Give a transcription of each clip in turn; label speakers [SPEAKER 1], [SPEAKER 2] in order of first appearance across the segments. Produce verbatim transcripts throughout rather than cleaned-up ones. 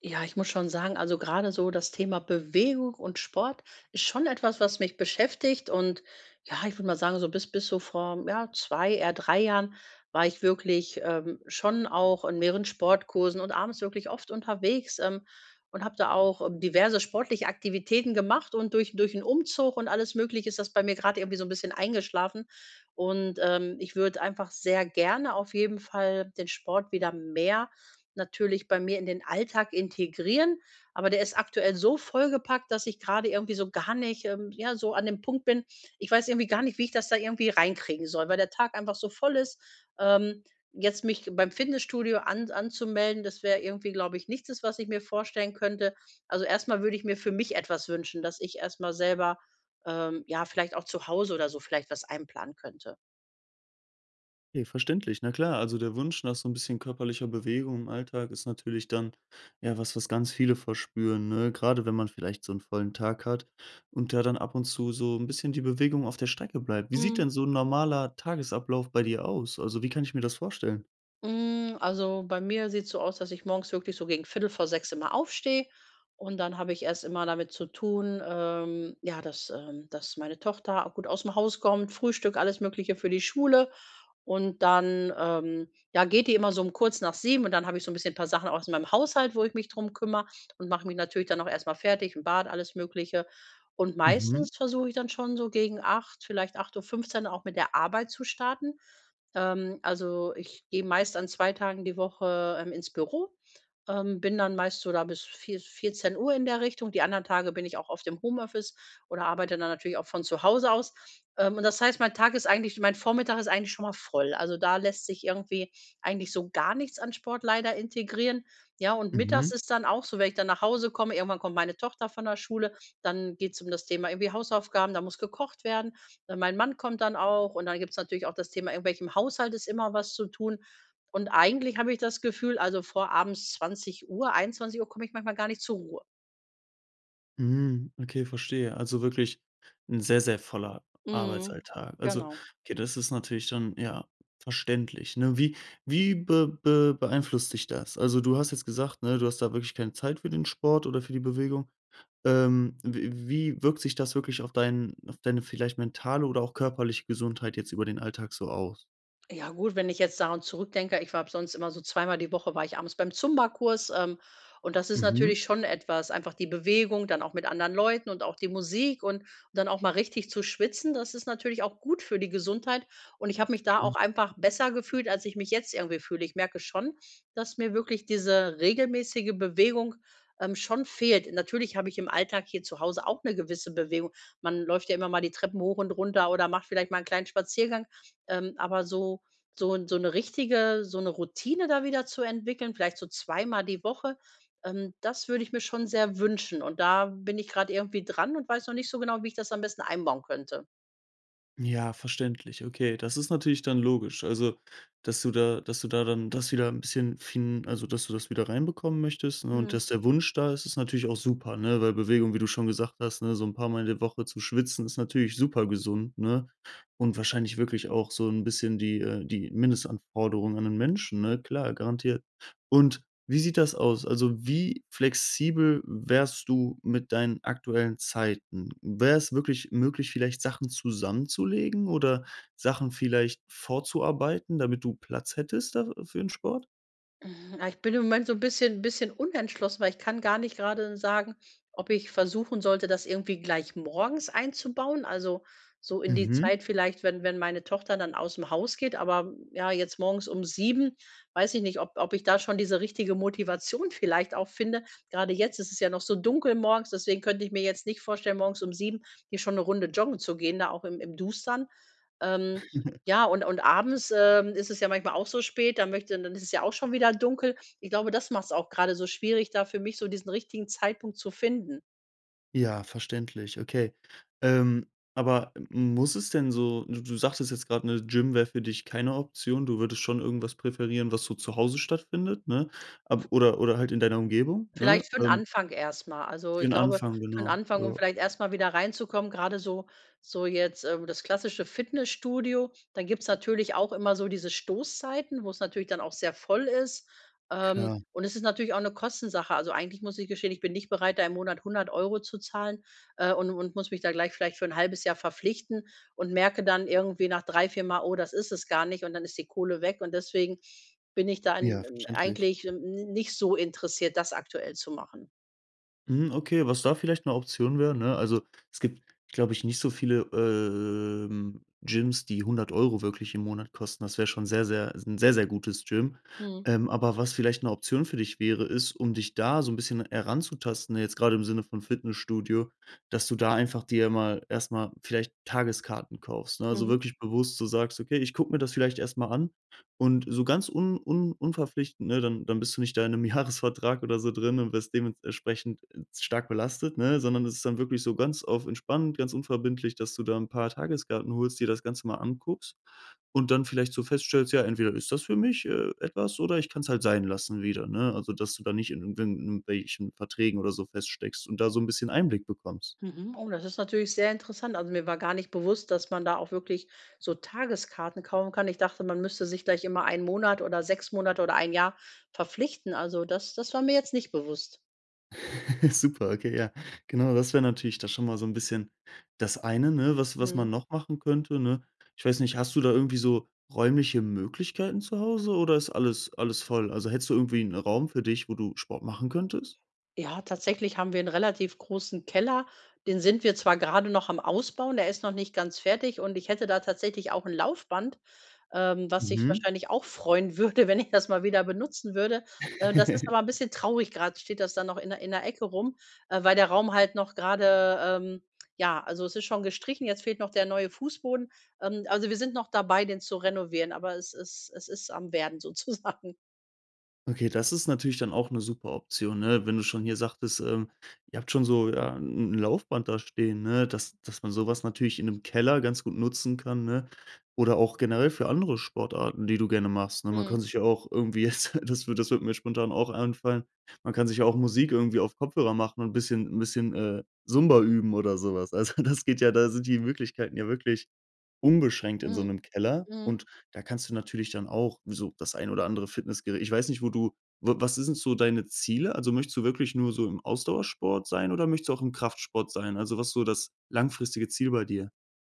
[SPEAKER 1] Ja, ich muss schon sagen, also gerade so das Thema Bewegung und Sport ist schon etwas, was mich beschäftigt. Und ja, ich würde mal sagen, so bis, bis so vor ja, zwei, eher drei Jahren war ich wirklich ähm, schon auch in mehreren Sportkursen und abends wirklich oft unterwegs ähm, und habe da auch ähm, diverse sportliche Aktivitäten gemacht. Und durch, durch einen Umzug und alles Mögliche ist das bei mir gerade irgendwie so ein bisschen eingeschlafen. Und ähm, ich würde einfach sehr gerne auf jeden Fall den Sport wieder mehr natürlich bei mir in den Alltag integrieren, aber der ist aktuell so vollgepackt, dass ich gerade irgendwie so gar nicht, ähm ja, so an dem Punkt bin. Ich weiß irgendwie gar nicht, wie ich das da irgendwie reinkriegen soll, weil der Tag einfach so voll ist. Ähm, Jetzt mich beim Fitnessstudio an anzumelden, das wäre irgendwie, glaube ich, nichts, ist was ich mir vorstellen könnte. Also, erstmal würde ich mir für mich etwas wünschen, dass ich erstmal selber, ähm, ja, vielleicht auch zu Hause oder so vielleicht was einplanen könnte.
[SPEAKER 2] Okay, verständlich. Na klar, also der Wunsch nach so ein bisschen körperlicher Bewegung im Alltag ist natürlich dann, ja, was, was ganz viele verspüren, ne? Grade wenn man vielleicht so einen vollen Tag hat und da dann ab und zu so ein bisschen die Bewegung auf der Strecke bleibt. Wie sieht
[SPEAKER 1] Mhm.
[SPEAKER 2] denn so ein normaler Tagesablauf bei dir aus? Also, wie kann ich mir das vorstellen?
[SPEAKER 1] Hm, also, bei mir sieht's so aus, dass ich morgens wirklich so gegen Viertel vor sechs immer aufstehe, und dann habe ich erst immer damit zu tun, ähm, ja, dass ähm, dass meine Tochter gut aus dem Haus kommt, Frühstück, alles Mögliche für die Schule. Und dann, ähm, ja, geht die immer so um kurz nach sieben, und dann habe ich so ein bisschen ein paar Sachen aus meinem Haushalt, wo ich mich drum kümmere und mache mich natürlich dann auch erstmal fertig, ein Bad, alles Mögliche. Und
[SPEAKER 2] Mhm,
[SPEAKER 1] meistens versuche ich dann schon so gegen acht, vielleicht acht Uhr fünfzehn, auch mit der Arbeit zu starten. Ähm, also, ich gehe meist an zwei Tagen die Woche, ähm, ins Büro, ähm, bin dann meist so da bis vier vierzehn Uhr in der Richtung. Die anderen Tage bin ich auch auf dem Homeoffice oder arbeite dann natürlich auch von zu Hause aus. Ähm, und das heißt, mein Tag ist eigentlich, mein Vormittag ist eigentlich schon mal voll. Also, da lässt sich irgendwie eigentlich so gar nichts an Sport leider integrieren. Ja, und
[SPEAKER 2] mhm.
[SPEAKER 1] mittags ist dann auch so, wenn ich dann nach Hause komme, irgendwann kommt meine Tochter von der Schule, dann geht's um das Thema irgendwie Hausaufgaben, da muss gekocht werden. Äh, mein Mann kommt dann auch, und dann gibt's natürlich auch das Thema, irgendwelchem Haushalt ist immer was zu tun. Und eigentlich habe ich das Gefühl, also vor abends 20:00 Uhr komme ich manchmal gar nicht zur Ruhe.
[SPEAKER 2] Mhm, okay, verstehe. Also wirklich ein sehr, sehr voller
[SPEAKER 1] Mhm.
[SPEAKER 2] Arbeitsalltag. Also,
[SPEAKER 1] Genau.
[SPEAKER 2] okay, das ist natürlich dann, ja, verständlich, ne? Wie wie be be beeinflusst dich das? Also, du hast jetzt gesagt, ne, du hast da wirklich keine Zeit für den Sport oder für die Bewegung. Ähm, w wie wirkt sich das wirklich auf deinen auf deine vielleicht mentale oder auch körperliche Gesundheit jetzt über den Alltag so aus?
[SPEAKER 1] Ja gut, wenn ich jetzt daran zurückdenke, ich war sonst immer so zweimal die Woche war ich abends beim Zumba-Kurs, ähm, und das ist
[SPEAKER 2] Mhm,
[SPEAKER 1] natürlich schon etwas, einfach die Bewegung, dann auch mit anderen Leuten und auch die Musik, und dann auch mal richtig zu schwitzen, das ist natürlich auch gut für die Gesundheit, und ich habe mich da
[SPEAKER 2] klar.
[SPEAKER 1] auch einfach besser gefühlt, als ich mich jetzt irgendwie fühle. Ich merke schon, dass mir wirklich diese regelmäßige Bewegung, ähm, schon fehlt. Natürlich habe ich im Alltag hier zu Hause auch eine gewisse Bewegung. Man läuft ja immer mal die Treppen hoch und runter oder macht vielleicht mal einen kleinen Spaziergang, ähm, aber so so so eine richtige, so eine Routine da wieder zu entwickeln, vielleicht so zweimal die Woche, ähm, das würde ich mir schon sehr wünschen. Und da bin ich gerade irgendwie dran und weiß noch nicht so genau, wie ich das am besten einbauen könnte.
[SPEAKER 2] Ja, verständlich. Okay, das ist natürlich dann logisch. Also, dass du da dass du da dann das wieder ein bisschen fin also, dass du das wieder reinbekommen möchtest, ne, und
[SPEAKER 1] Mhm.
[SPEAKER 2] dass der Wunsch da ist, ist natürlich auch super, ne, weil Bewegung, wie du schon gesagt hast, ne, so ein paar Mal in der Woche zu schwitzen, ist natürlich super gesund, ne, und wahrscheinlich wirklich auch so ein bisschen die, äh die Mindestanforderung an den Menschen, ne, klar, garantiert. Und wie sieht das aus? Also, wie flexibel wärst du mit deinen aktuellen Zeiten? Wäre es wirklich möglich, vielleicht Sachen zusammenzulegen oder Sachen vielleicht vorzuarbeiten, damit du Platz hättest da für 'n Sport?
[SPEAKER 1] Mhm, ah, Ich bin im Moment so 'n bisschen bisschen unentschlossen, weil ich kann gar nicht grade sagen, ob ich versuchen sollte, das irgendwie gleich morgens einzubauen, also, so in die
[SPEAKER 2] Mhm.
[SPEAKER 1] Zeit vielleicht, wenn wenn meine Tochter dann aus'm Haus geht, aber ja, jetzt morgens um sieben weiß ich nicht, ob ob ich da schon diese richtige Motivation vielleicht auch finde. Grade jetzt ist es ja noch so dunkel morgens, deswegen könnte ich mir jetzt nicht vorstellen, morgens um sieben hier schon 'ne Runde joggen zu gehen, da auch im im Dustern. Ähm, ja, und und abends, ähm, ist es ja manchmal auch so spät, dann möchte, dann ist es ja auch schon wieder dunkel. Ich glaube, das macht es auch gerade so schwierig, da für mich so diesen richtigen Zeitpunkt zu finden.
[SPEAKER 2] Ja, verständlich, okay. Ähm, aber muss es denn so du du sagtest jetzt gerade, eine Gym wäre für dich keine Option. Du würdest schon irgendwas präferieren, was so zu Hause stattfindet, ne? Ab oder oder halt in deiner Umgebung, ne?
[SPEAKER 1] Vielleicht für 'n
[SPEAKER 2] Ähm,
[SPEAKER 1] Anfang erst mal. Also,
[SPEAKER 2] für
[SPEAKER 1] ich
[SPEAKER 2] den
[SPEAKER 1] glaube,
[SPEAKER 2] Anfang,
[SPEAKER 1] für 'n
[SPEAKER 2] genau.
[SPEAKER 1] Anfang, um
[SPEAKER 2] Ja,
[SPEAKER 1] vielleicht erst mal wieder reinzukommen, grade so so jetzt, ähm, das klassische Fitnessstudio, dann gibt's natürlich auch immer so diese Stoßzeiten, wo's natürlich dann auch sehr voll ist. Ähm,
[SPEAKER 2] klar.
[SPEAKER 1] und es ist natürlich auch 'ne Kostensache. Also, eigentlich muss ich gestehen, ich bin nicht bereit, da im Monat hundert Euro zu zahlen, äh, und und muss mich da gleich vielleicht für 'n halbes Jahr verpflichten und merke dann irgendwie nach drei vier Mal: „Oh, das ist es gar nicht.“ Und dann ist die Kohle weg, und deswegen bin ich
[SPEAKER 2] Ja,
[SPEAKER 1] dann, ähm,
[SPEAKER 2] verständlich.
[SPEAKER 1] eigentlich nicht so interessiert, das aktuell zu machen.
[SPEAKER 2] Mhm, okay, was da vielleicht 'ne Option wäre, ne? Also, es gibt, glaube ich, nicht so viele, ähm, Gyms, die hundert Euro wirklich im Monat kosten. Das wäre schon sehr, sehr ist 'n sehr, sehr gutes Gym.
[SPEAKER 1] Mhm.
[SPEAKER 2] Ähm, aber was vielleicht 'ne Option für dich wäre, ist, um dich da so 'n bisschen heranzutasten, ne, jetzt grade im Sinne von Fitnessstudio, dass du da einfach dir mal erst mal vielleicht Tageskarten kaufst, ne? Also,
[SPEAKER 1] Mhm.
[SPEAKER 2] wirklich bewusst so sagst: „Okay, ich gucke mir das vielleicht erst mal an." Und so ganz un un unverpflichtend, ne, dann dann bist du nicht da in 'nem Jahresvertrag oder so drin und wirst dementsprechend stark belastet, ne? Sondern es ist dann wirklich so ganz auf entspannt, ganz unverbindlich, dass du da ein paar Tageskarten holst, dir das Ganze mal anguckst und dann vielleicht so feststellst: „Ja, entweder ist das für mich, äh, etwas oder ich kann es halt sein lassen wieder", ne? Also, dass du da nicht in irgendwelchen Verträgen oder so feststeckst und da so ein bisschen Einblick bekommst.
[SPEAKER 1] Mhm. Oh, das ist natürlich sehr interessant. Also, mir war gar nicht bewusst, dass man da auch wirklich so Tageskarten kaufen kann. Ich dachte, man müsste sich gleich immer einen Monat oder sechs Monate oder ein Jahr verpflichten. Also, das das war mir jetzt nicht bewusst.
[SPEAKER 2] Super, okay, ja. Genau, das wäre natürlich da schon mal so ein bisschen das eine, ne, was was man
[SPEAKER 1] Mhm.
[SPEAKER 2] noch machen könnte, ne? Ich weiß nicht, hast du da irgendwie so räumliche Möglichkeiten zu Hause oder ist alles alles voll? Also, hättest du irgendwie einen Raum für dich, wo du Sport machen könntest?
[SPEAKER 1] Ja, tatsächlich haben wir einen relativ großen Keller. Den sind wir zwar gerade noch am Ausbauen, der ist noch nicht ganz fertig, und ich hätte da tatsächlich auch ein Laufband, ähm, was ich
[SPEAKER 2] Mhm.
[SPEAKER 1] wahrscheinlich auch freuen würde, wenn ich das mal wieder benutzen würde. Äh, das ist aber ein bisschen traurig. Gerade steht das dann noch in der in der Ecke rum, äh, weil der Raum halt noch gerade ähm ja, also es ist schon gestrichen, jetzt fehlt noch der neue Fußboden. Ähm, also wir sind noch dabei, den zu renovieren, aber es ist es ist am Werden sozusagen.
[SPEAKER 2] Okay, das ist natürlich dann auch eine super Option, ne? Wenn du schon hier sagtest, ähm, ihr habt schon so, ja, ein Laufband da stehen, ne, dass dass man sowas natürlich in einem Keller ganz gut nutzen kann, ne? Oder auch generell für andere Sportarten, die du gerne machst, ne? Man kann
[SPEAKER 1] Mhm.
[SPEAKER 2] sich ja auch irgendwie jetzt das wird das wird mir spontan auch einfallen, man kann sich ja auch Musik irgendwie auf Kopfhörer machen und ein bisschen 'n bisschen, äh, Zumba üben oder sowas. Also, das geht ja da sind die Möglichkeiten ja wirklich unbeschränkt in so
[SPEAKER 1] Mhm.
[SPEAKER 2] 'nem Keller
[SPEAKER 1] Mhm.
[SPEAKER 2] und da kannst du natürlich dann auch so das ein oder andere Fitnessgerät ich weiß nicht, wo du w was sind so deine Ziele? Also, möchtest du wirklich nur so im Ausdauersport sein oder möchtest du auch im Kraftsport sein? Also, was ist so das langfristige Ziel bei dir?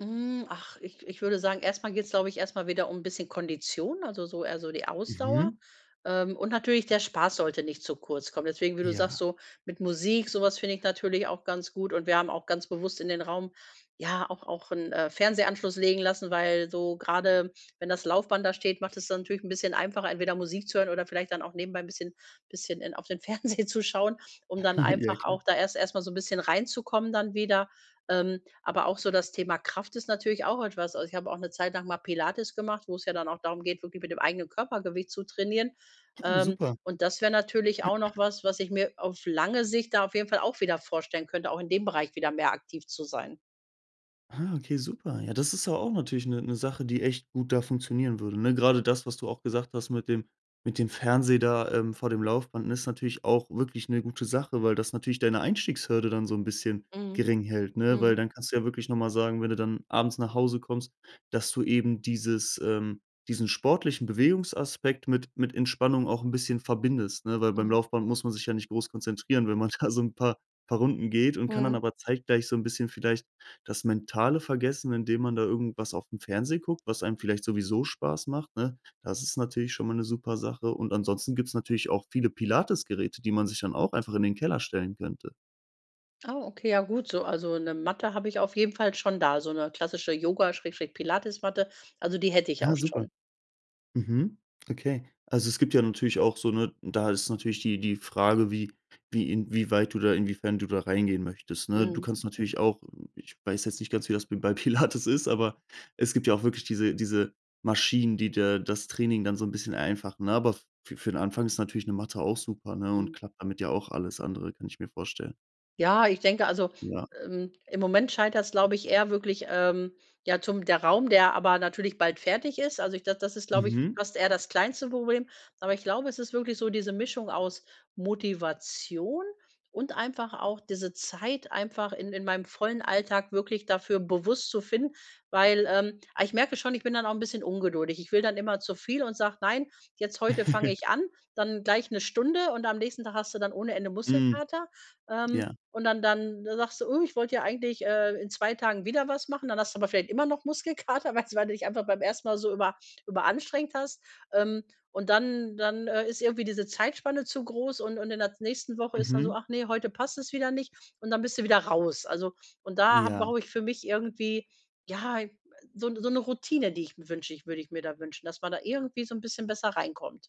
[SPEAKER 1] Hm, ach, ich ich würde sagen, erstmal geht es, glaube ich, erstmal wieder um ein bisschen Kondition, also, so eher so die Ausdauer.
[SPEAKER 2] Mhm.
[SPEAKER 1] Ähm, und natürlich der Spaß sollte nicht zu kurz kommen. Deswegen, wie du sagst,
[SPEAKER 2] Ja,
[SPEAKER 1] so mit Musik, sowas finde ich natürlich auch ganz gut. Und wir haben auch ganz bewusst in den Raum, ja, auch auch einen äh, Fernsehanschluss legen lassen, weil so gerade wenn das Laufband da steht, macht es dann natürlich ein bisschen einfacher, entweder Musik zu hören oder vielleicht dann auch nebenbei ein bisschen bisschen in auf den Fernseher zu schauen, um dann
[SPEAKER 2] ja
[SPEAKER 1] einfach
[SPEAKER 2] klar.
[SPEAKER 1] auch da erst erstmal so ein bisschen reinzukommen dann wieder. Ähm, aber auch so das Thema Kraft ist natürlich auch etwas. Also, ich habe auch eine Zeit lang mal Pilates gemacht, wo es ja dann auch darum geht, wirklich mit dem eigenen Körpergewicht zu trainieren. Ähm,
[SPEAKER 2] Super.
[SPEAKER 1] und das wäre natürlich auch noch was, was ich mir auf lange Sicht da auf jeden Fall auch wieder vorstellen könnte, auch in dem Bereich wieder mehr aktiv zu sein.
[SPEAKER 2] Ah, okay, super. Ja, das ist ja auch natürlich eine Sache, die echt gut da funktionieren würde, ne? Gerade das, was du auch gesagt hast mit dem mit dem Fernseher da, ähm, vor dem Laufband, ne, ist natürlich auch wirklich eine gute Sache, weil das natürlich deine Einstiegshürde dann so ein bisschen
[SPEAKER 1] Mhm.
[SPEAKER 2] gering hält, ne? Weil
[SPEAKER 1] Mhm.
[SPEAKER 2] dann kannst du ja wirklich noch mal sagen, wenn du dann abends nach Hause kommst, dass du eben dieses ähm, diesen sportlichen Bewegungsaspekt mit mit Entspannung auch ein bisschen verbindest, ne? Weil beim
[SPEAKER 1] Mhm.
[SPEAKER 2] Laufband muss man sich ja nicht groß konzentrieren, wenn man da so ein paar paar Runden geht und kann dann
[SPEAKER 1] Mhm.
[SPEAKER 2] aber zeitgleich so ein bisschen vielleicht das mentale Vergessen, indem man da irgendwas auf dem Fernseher guckt, was einem vielleicht sowieso Spaß macht, ne? Das ist natürlich schon mal 'ne super Sache und ansonsten gibt's natürlich auch viele Pilates-Geräte, die man sich dann auch einfach in den Keller stellen könnte.
[SPEAKER 1] Ah, okay, ja gut, so also eine Matte habe ich auf jeden Fall schon da, so eine klassische Yoga Pilates Matte. Also, die hätte ich
[SPEAKER 2] Ja,
[SPEAKER 1] auch
[SPEAKER 2] super.
[SPEAKER 1] schon.
[SPEAKER 2] Mhm. Okay. Also, es gibt ja natürlich auch so eine. Da ist natürlich die die Frage, wie wie inwieweit du da inwiefern du da reingehen möchtest, ne? Du
[SPEAKER 1] Mhm.
[SPEAKER 2] kannst natürlich auch ich weiß jetzt nicht ganz, wie das b bei Pilates ist, aber es gibt ja auch wirklich diese diese Maschinen, die dir das Training dann so ein bisschen vereinfachen, ne? Aber für für 'n Anfang ist natürlich eine Matte auch super, ne, und
[SPEAKER 1] Mhm.
[SPEAKER 2] klappt damit ja auch alles andere, kann ich mir vorstellen.
[SPEAKER 1] Ja, ich denke, also,
[SPEAKER 2] Ja.
[SPEAKER 1] ähm, im Moment scheitert's, glaube ich, eher wirklich, ähm, ja, zum der Raum, der aber natürlich bald fertig ist. Also, ich das das ist, glaube ich,
[SPEAKER 2] Mhm.
[SPEAKER 1] fast eher das kleinste Problem. Aber ich glaube, es ist wirklich so diese Mischung aus Motivation und einfach auch diese Zeit einfach in in meinem vollen Alltag wirklich dafür bewusst zu finden, weil, ähm ah, ich merke schon, ich bin dann auch ein bisschen ungeduldig. Ich will dann immer zu viel und sage: „Nein, jetzt heute fange ich an.“ Dann gleich eine Stunde, und am nächsten Tag hast du dann ohne Ende
[SPEAKER 2] Mhm.
[SPEAKER 1] Muskelkater. Ähm,
[SPEAKER 2] Ja.
[SPEAKER 1] und dann dann sagst du: „Oh, ich wollte ja eigentlich, äh, in zwei Tagen wieder was machen.“ Dann hast du aber vielleicht immer noch Muskelkater, weil weil du dich einfach beim ersten Mal so über überanstrengt hast. Ähm, und dann dann, äh, ist irgendwie diese Zeitspanne zu groß, und und in der nächsten Woche ist dann so:
[SPEAKER 2] Mhm.
[SPEAKER 1] „Ach nee, heute passt es wieder nicht.“ Und dann bist du wieder raus. Also, und da habe
[SPEAKER 2] Ja.
[SPEAKER 1] brauche ich für mich irgendwie, ja, so 'ne so eine Routine, die ich mir wünsche, ich würde ich mir da wünschen, dass man da irgendwie so ein bisschen besser reinkommt.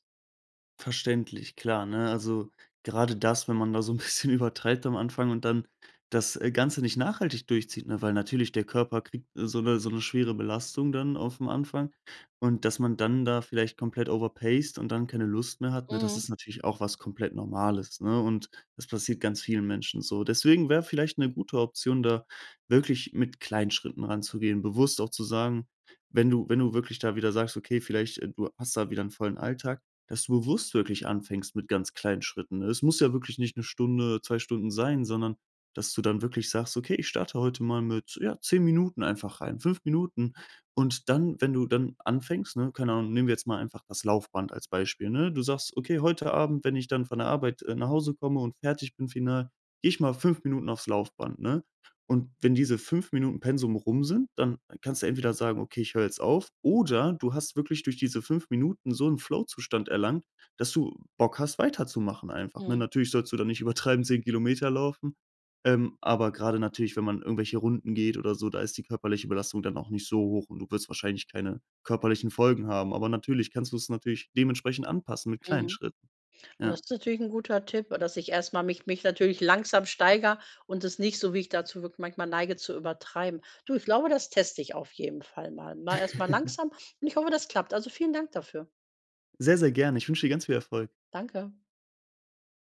[SPEAKER 2] Verständlich, klar, ne? Also, gerade das, wenn man da so ein bisschen übertreibt am Anfang und dann das, äh, Ganze nicht nachhaltig durchzieht, ne? Weil natürlich der Körper kriegt äh, so eine so eine schwere Belastung dann auf dem Anfang und dass man dann da vielleicht komplett overpaced und dann keine Lust mehr hat, ne, das
[SPEAKER 1] Mhm,
[SPEAKER 2] ist natürlich auch was komplett Normales, ne? Und das passiert ganz vielen Menschen so. Deswegen wäre vielleicht eine gute Option, da wirklich mit kleinen Schritten ranzugehen, bewusst auch zu sagen, wenn du wenn du wirklich da wieder sagst: „Okay, vielleicht, äh, du hast da wieder einen vollen Alltag", dass du bewusst wirklich anfängst mit ganz kleinen Schritten, ne? Es muss ja wirklich nicht eine Stunde, zwei Stunden sein, sondern dass du dann wirklich sagst: „Okay, ich starte heute mal mit, ja, zehn Minuten einfach rein, fünf Minuten." Und dann, wenn du dann anfängst, ne, keine Ahnung, nehmen wir jetzt mal einfach das Laufband als Beispiel, ne? Du sagst: „Okay, heute Abend, wenn ich dann von der Arbeit, äh, nach Hause komme und fertig bin final, gehe ich mal fünf Minuten aufs Laufband", ne? Und wenn diese fünf Minuten Pensum rum sind, dann kannst du entweder sagen: „Okay, ich höre jetzt auf", oder du hast wirklich durch diese fünf Minuten so einen Flow-Zustand erlangt, dass du Bock hast, weiterzumachen einfach, ne?
[SPEAKER 1] mhm,
[SPEAKER 2] Natürlich sollst du da nicht übertreiben, zehn Kilometer laufen, ähm, aber gerade natürlich, wenn man irgendwelche Runden geht oder so, da ist die körperliche Belastung dann auch nicht so hoch und du wirst wahrscheinlich keine körperlichen Folgen haben. Aber natürlich kannst du es natürlich dementsprechend anpassen mit kleinen
[SPEAKER 1] mhm.
[SPEAKER 2] Schritten. Ja,
[SPEAKER 1] Das ist natürlich 'n guter Tipp, dass ich erst mal mich mich natürlich langsam steigere und es nicht so, wie ich dazu wirklich manchmal neige, zu übertreiben. Du, ich glaube, das teste ich auf jeden Fall mal. Mal erst mal langsam, und ich hoffe, das klappt. Also, vielen Dank dafür.
[SPEAKER 2] sehr, sehr gerne. Ich wünsche dir ganz viel Erfolg.
[SPEAKER 1] Danke.